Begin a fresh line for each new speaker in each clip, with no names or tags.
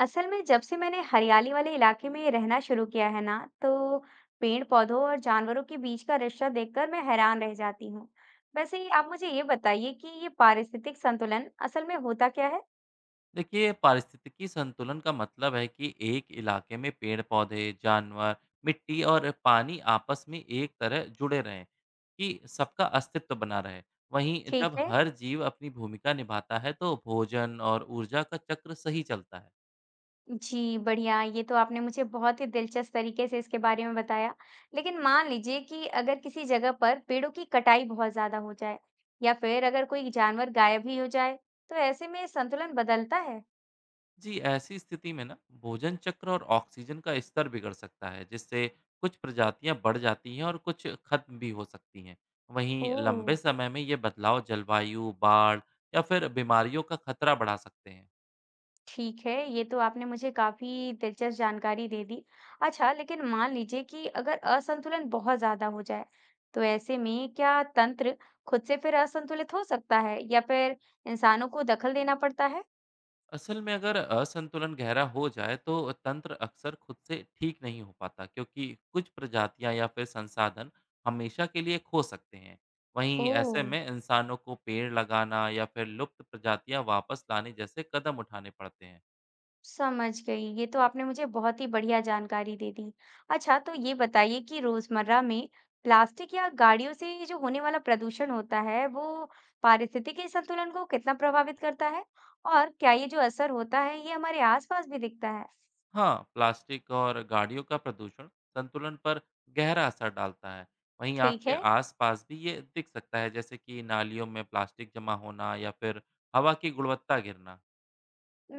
असल में जब से मैंने हरियाली वाले इलाके में रहना शुरू किया है ना तो पेड़ पौधों और जानवरों के बीच का रिश्ता देखकर मैं हैरान रह जाती हूँ। वैसे ही आप मुझे ये बताइए कि ये पारिस्थितिक संतुलन असल में होता क्या है।
देखिए, पारिस्थितिकी संतुलन का मतलब है कि एक इलाके में पेड़ पौधे जानवर मिट्टी और पानी आपस में एक तरह जुड़े रहें कि सबका अस्तित्व बना रहे। वहीं
ठीक
जब
है
हर जीव अपनी भूमिका निभाता है तो भोजन और ऊर्जा का चक्र सही चलता है।
जी, बढ़िया। ये तो आपने मुझे बहुत ही दिलचस्प तरीके से इसके बारे में बताया। लेकिन मान लीजिए कि अगर किसी जगह पर पेड़ों की कटाई बहुत ज्यादा हो जाए या फिर अगर कोई जानवर गायब ही हो जाए, तो ऐसे में संतुलन बदलता है।
जी, ऐसी स्थिति में ना भोजन चक्र और ऑक्सीजन का स्तर बिगड़ सकता है, जिससे कुछ प्रजातियां बढ़ जाती हैं और कुछ खत्म भी हो सकती हैं।
ओ,
वहीं लंबे समय में ये बदलाव जलवायु बाढ़ या फिर बीमारियों का खतरा बढ़ा सकते हैं।
ठीक है, ये तो आपने मुझे काफ़ी दिलचस्प जानकारी दे दी। अच्छा, लेकिन मान लीजिए कि अगर असंतुलन बहुत ज़्यादा हो जाए, तो ऐसे में क्या तंत्र खुद से फिर असंतुलित हो सकता है या फिर इंसानों को दखल देना पड़ता है?
असल में अगर असंतुलन गहरा हो जाए तो तंत्र अक्सर खुद से ठीक नहीं हो पाता, क्योंकि कुछ प्रजातियां या फिर संसाधन हमेशा के लिए खो सकते हैं। वहीं ऐसे
ओह!
में इंसानों को पेड़ लगाना या फिर लुप्त प्रजातियां वापस लाने जैसे कदम उठाने पड़ते हैं।
समझ गई। ये तो आपने मुझे बहुत ही बढ़िया जानकारी दे दी। अच्छा, तो ये बताइए कि रोजमर्रा में प्लास्टिक या गाड़ियों से जो होने वाला प्रदूषण होता है, वो पारिस्थितिकी संतुलन को कितना प्रभावित करता है? और क्या ये जो असर होता है, ये हमारे आसपास भी दिखता है?
हाँ, प्लास्टिक और गाड़ियों का प्रदूषण संतुलन पर गहरा असर डालता है। वहीं
ठीक
आपके
है।
आसपास भी ये दिख सकता है, जैसे कि नालियों में प्लास्टिक जमा होना या फिर हवा की गुणवत्ता गिरना।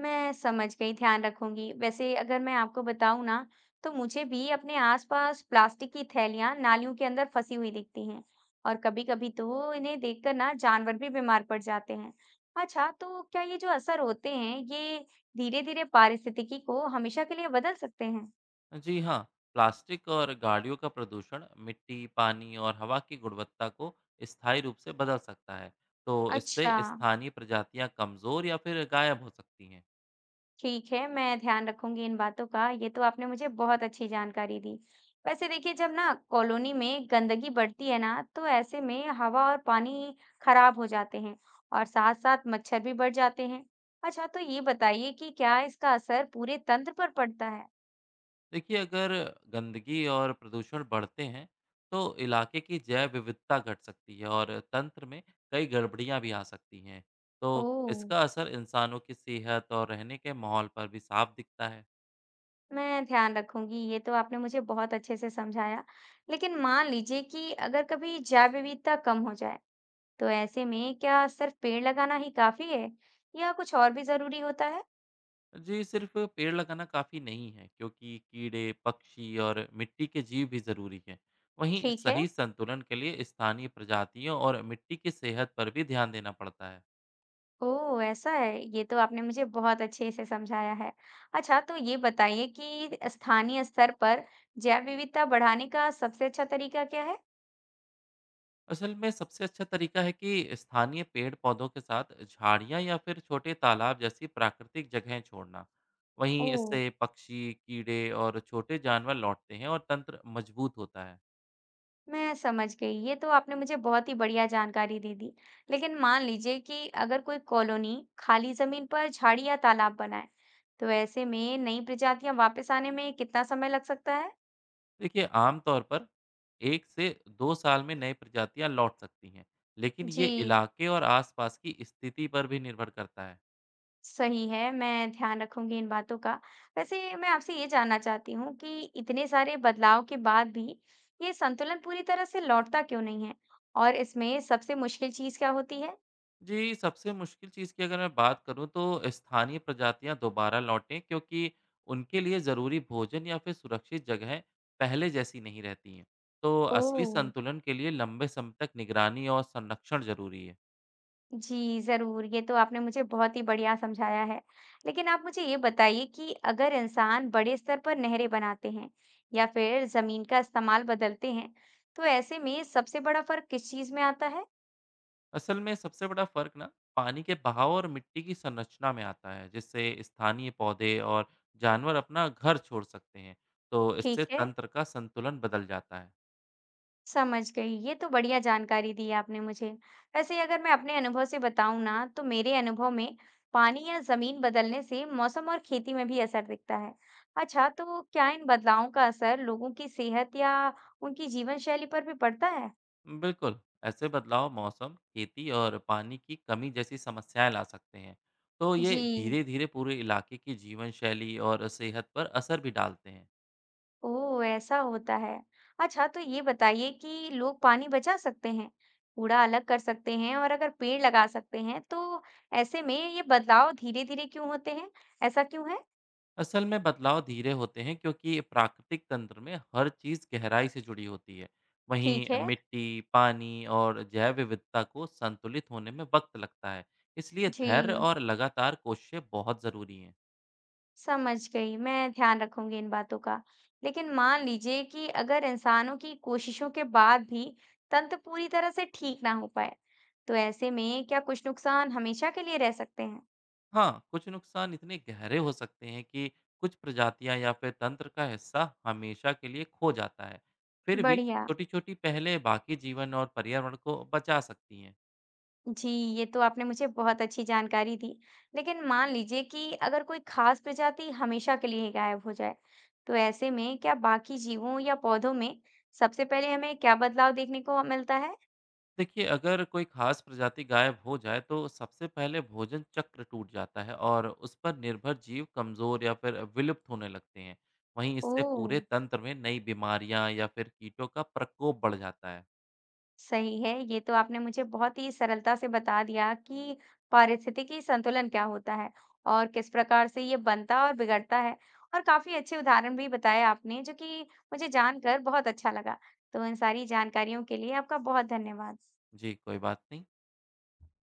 मैं समझ गई, ध्यान रखूंगी। वैसे अगर मैं आपको बताऊं ना, तो मुझे भी अपने आसपास प्लास्टिक की थैलियां नालियों के अंदर फंसी हुई दिखती हैं और कभी-कभी तो इन्हें देखकर ना जानवर भी बीमार पड़ जाते हैं। अच्छा, तो क्या ये जो असर होते हैं, ये धीरे-धीरे पारिस्थितिकी को हमेशा के लिए बदल सकते हैं?
जी हाँ, प्लास्टिक और गाड़ियों का प्रदूषण मिट्टी पानी और हवा की गुणवत्ता को स्थायी रूप से बदल सकता है। तो इससे
अच्छा,
स्थानीय प्रजातियां कमजोर या फिर गायब हो सकती हैं।
ठीक है, मैं ध्यान रखूंगी इन बातों का। ये तो आपने मुझे बहुत अच्छी जानकारी दी। वैसे देखिए, जब ना कॉलोनी में गंदगी बढ़ती है ना, तो ऐसे में हवा और पानी खराब हो जाते हैं और साथ-साथ मच्छर भी बढ़ जाते हैं। अच्छा, तो ये बताइए कि क्या इसका असर पूरे तंत्र पर पड़ता है?
देखिए, अगर गंदगी और प्रदूषण बढ़ते हैं तो इलाके की जैव विविधता घट सकती है और तंत्र में कई गड़बड़ियां भी आ सकती हैं। तो
ओह!
इसका असर इंसानों की सेहत और रहने के माहौल पर भी साफ दिखता है।
मैं ध्यान रखूंगी। ये तो आपने मुझे बहुत अच्छे से समझाया। लेकिन मान लीजिए कि अगर कभी जैव विविधता कम हो जाए, तो ऐसे में क्या सिर्फ पेड़ लगाना ही काफी है या कुछ और भी जरूरी होता है?
जी, सिर्फ पेड़ लगाना काफ़ी नहीं है, क्योंकि कीड़े पक्षी और मिट्टी के जीव भी ज़रूरी हैं। वहीं
ठीक है।
सही संतुलन के लिए स्थानीय प्रजातियों और मिट्टी की सेहत पर भी ध्यान देना पड़ता है।
ओह, ऐसा है। ये तो आपने मुझे बहुत अच्छे से समझाया है। अच्छा, तो ये बताइए कि स्थानीय स्तर पर जैव विविधता बढ़ाने का सबसे अच्छा तरीका क्या है?
असल में सबसे अच्छा तरीका है कि स्थानीय पेड़ पौधों के साथ झाड़ियाँ या फिर छोटे तालाब जैसी प्राकृतिक जगहें छोड़ना। वहीं
ओह,
इससे पक्षी कीड़े और छोटे जानवर लौटते हैं और तंत्र मजबूत होता है।
मैं समझ गई। ये तो आपने मुझे बहुत ही बढ़िया जानकारी दे दी। लेकिन मान लीजिए कि अगर कोई कॉलोनी खाली जमीन पर झाड़ी या तालाब बनाए, तो ऐसे में नई प्रजातियां वापस आने में कितना समय लग सकता है?
देखिए, आमतौर पर एक से दो साल में नई प्रजातियां लौट सकती हैं, लेकिन ये
जी,
इलाके और आसपास की स्थिति पर भी निर्भर करता है।
सही है, मैं ध्यान रखूँगी इन बातों का। वैसे मैं आपसे ये जानना चाहती हूँ कि इतने सारे बदलाव के बाद भी ये संतुलन पूरी तरह से लौटता क्यों नहीं है? और इसमें सबसे मुश्किल चीज़ क्या होती है?
जी, सबसे मुश्किल चीज़ की अगर मैं बात करूँ तो स्थानीय प्रजातियाँ दोबारा लौटें, क्योंकि उनके लिए ज़रूरी भोजन या फिर सुरक्षित जगहें पहले जैसी नहीं रहती हैं। तो असली
ओह!
संतुलन के लिए लंबे समय तक निगरानी और संरक्षण ज़रूरी है।
जी, ज़रूर, ये तो आपने मुझे बहुत ही बढ़िया समझाया है। लेकिन आप मुझे ये बताइए कि अगर इंसान बड़े स्तर पर नहरें बनाते हैं या फिर ज़मीन का इस्तेमाल बदलते हैं, तो ऐसे में सबसे बड़ा फ़र्क किस चीज़ में आता है?
असल में सबसे बड़ा फ़र्क ना पानी के बहाव और मिट्टी की संरचना में आता है, जिससे स्थानीय पौधे और जानवर अपना घर छोड़ सकते हैं। तो इससे
ठीक है।
तंत्र का संतुलन बदल जाता है।
समझ गई। ये तो बढ़िया जानकारी दी आपने मुझे। वैसे अगर मैं अपने अनुभव से बताऊँ ना, तो मेरे अनुभव में पानी या जमीन बदलने से मौसम और खेती में भी असर दिखता है। अच्छा, तो क्या इन बदलावों का असर लोगों की सेहत या उनकी जीवन शैली पर भी पड़ता है?
बिल्कुल, ऐसे बदलाव मौसम, खेती और पानी की कमी जैसी समस्याएँ ला सकते हैं। तो ये
जी,
धीरे-धीरे पूरे इलाके की जीवन शैली और सेहत पर असर भी डालते हैं।
ओह! ऐसा होता है। अच्छा, तो ये बताइए कि लोग पानी बचा सकते हैं, कूड़ा अलग कर सकते हैं और अगर पेड़ लगा सकते हैं, तो ऐसे में ये बदलाव धीरे-धीरे क्यों होते हैं? ऐसा क्यों है?
असल में बदलाव धीरे होते हैं, क्योंकि प्राकृतिक तंत्र में हर चीज़ गहराई से जुड़ी होती है। वहीं
ठीक है।
मिट्टी, पानी और जैव विविधता को संतुलित होने में वक़्त लगता है। इसलिए धैर्य
जी,
और लगातार कोशिशें बहुत ज़रूरी हैं।
समझ गई। मैं ध्यान रखूंगी इन बातों का। लेकिन मान लीजिए कि अगर इंसानों की कोशिशों के बाद भी तंत्र पूरी तरह से ठीक ना हो पाए, तो ऐसे में क्या कुछ नुकसान हमेशा के लिए रह सकते हैं?
हाँ, कुछ नुकसान इतने गहरे हो सकते हैं कि कुछ प्रजातियां या फिर तंत्र का हिस्सा हमेशा के लिए खो जाता है। फिर भी
बढ़िया।
छोटी-छोटी पहलें बाकी जीवन और पर्यावरण को बचा सकती हैं।
जी, ये तो आपने मुझे बहुत अच्छी जानकारी दी। लेकिन मान लीजिए कि अगर कोई खास प्रजाति हमेशा के लिए गायब हो जाए, तो ऐसे में क्या बाकी जीवों या पौधों में सबसे पहले हमें क्या बदलाव देखने को मिलता है?
देखिए, अगर कोई खास प्रजाति गायब हो जाए तो सबसे पहले भोजन चक्र टूट जाता है और उस पर निर्भर जीव कमजोर या फिर विलुप्त होने लगते हैं। वहीं इससे
ओह!
पूरे तंत्र में नई बीमारियां या फिर कीटों का प्रकोप बढ़ जाता है।
सही है, ये तो आपने मुझे बहुत ही सरलता से बता दिया कि पारिस्थितिकी संतुलन क्या होता है और किस प्रकार से ये बनता और बिगड़ता है और काफ़ी अच्छे उदाहरण भी बताए आपने जो कि मुझे जानकर बहुत अच्छा लगा। तो इन सारी जानकारियों के लिए आपका बहुत धन्यवाद।
जी, कोई बात नहीं।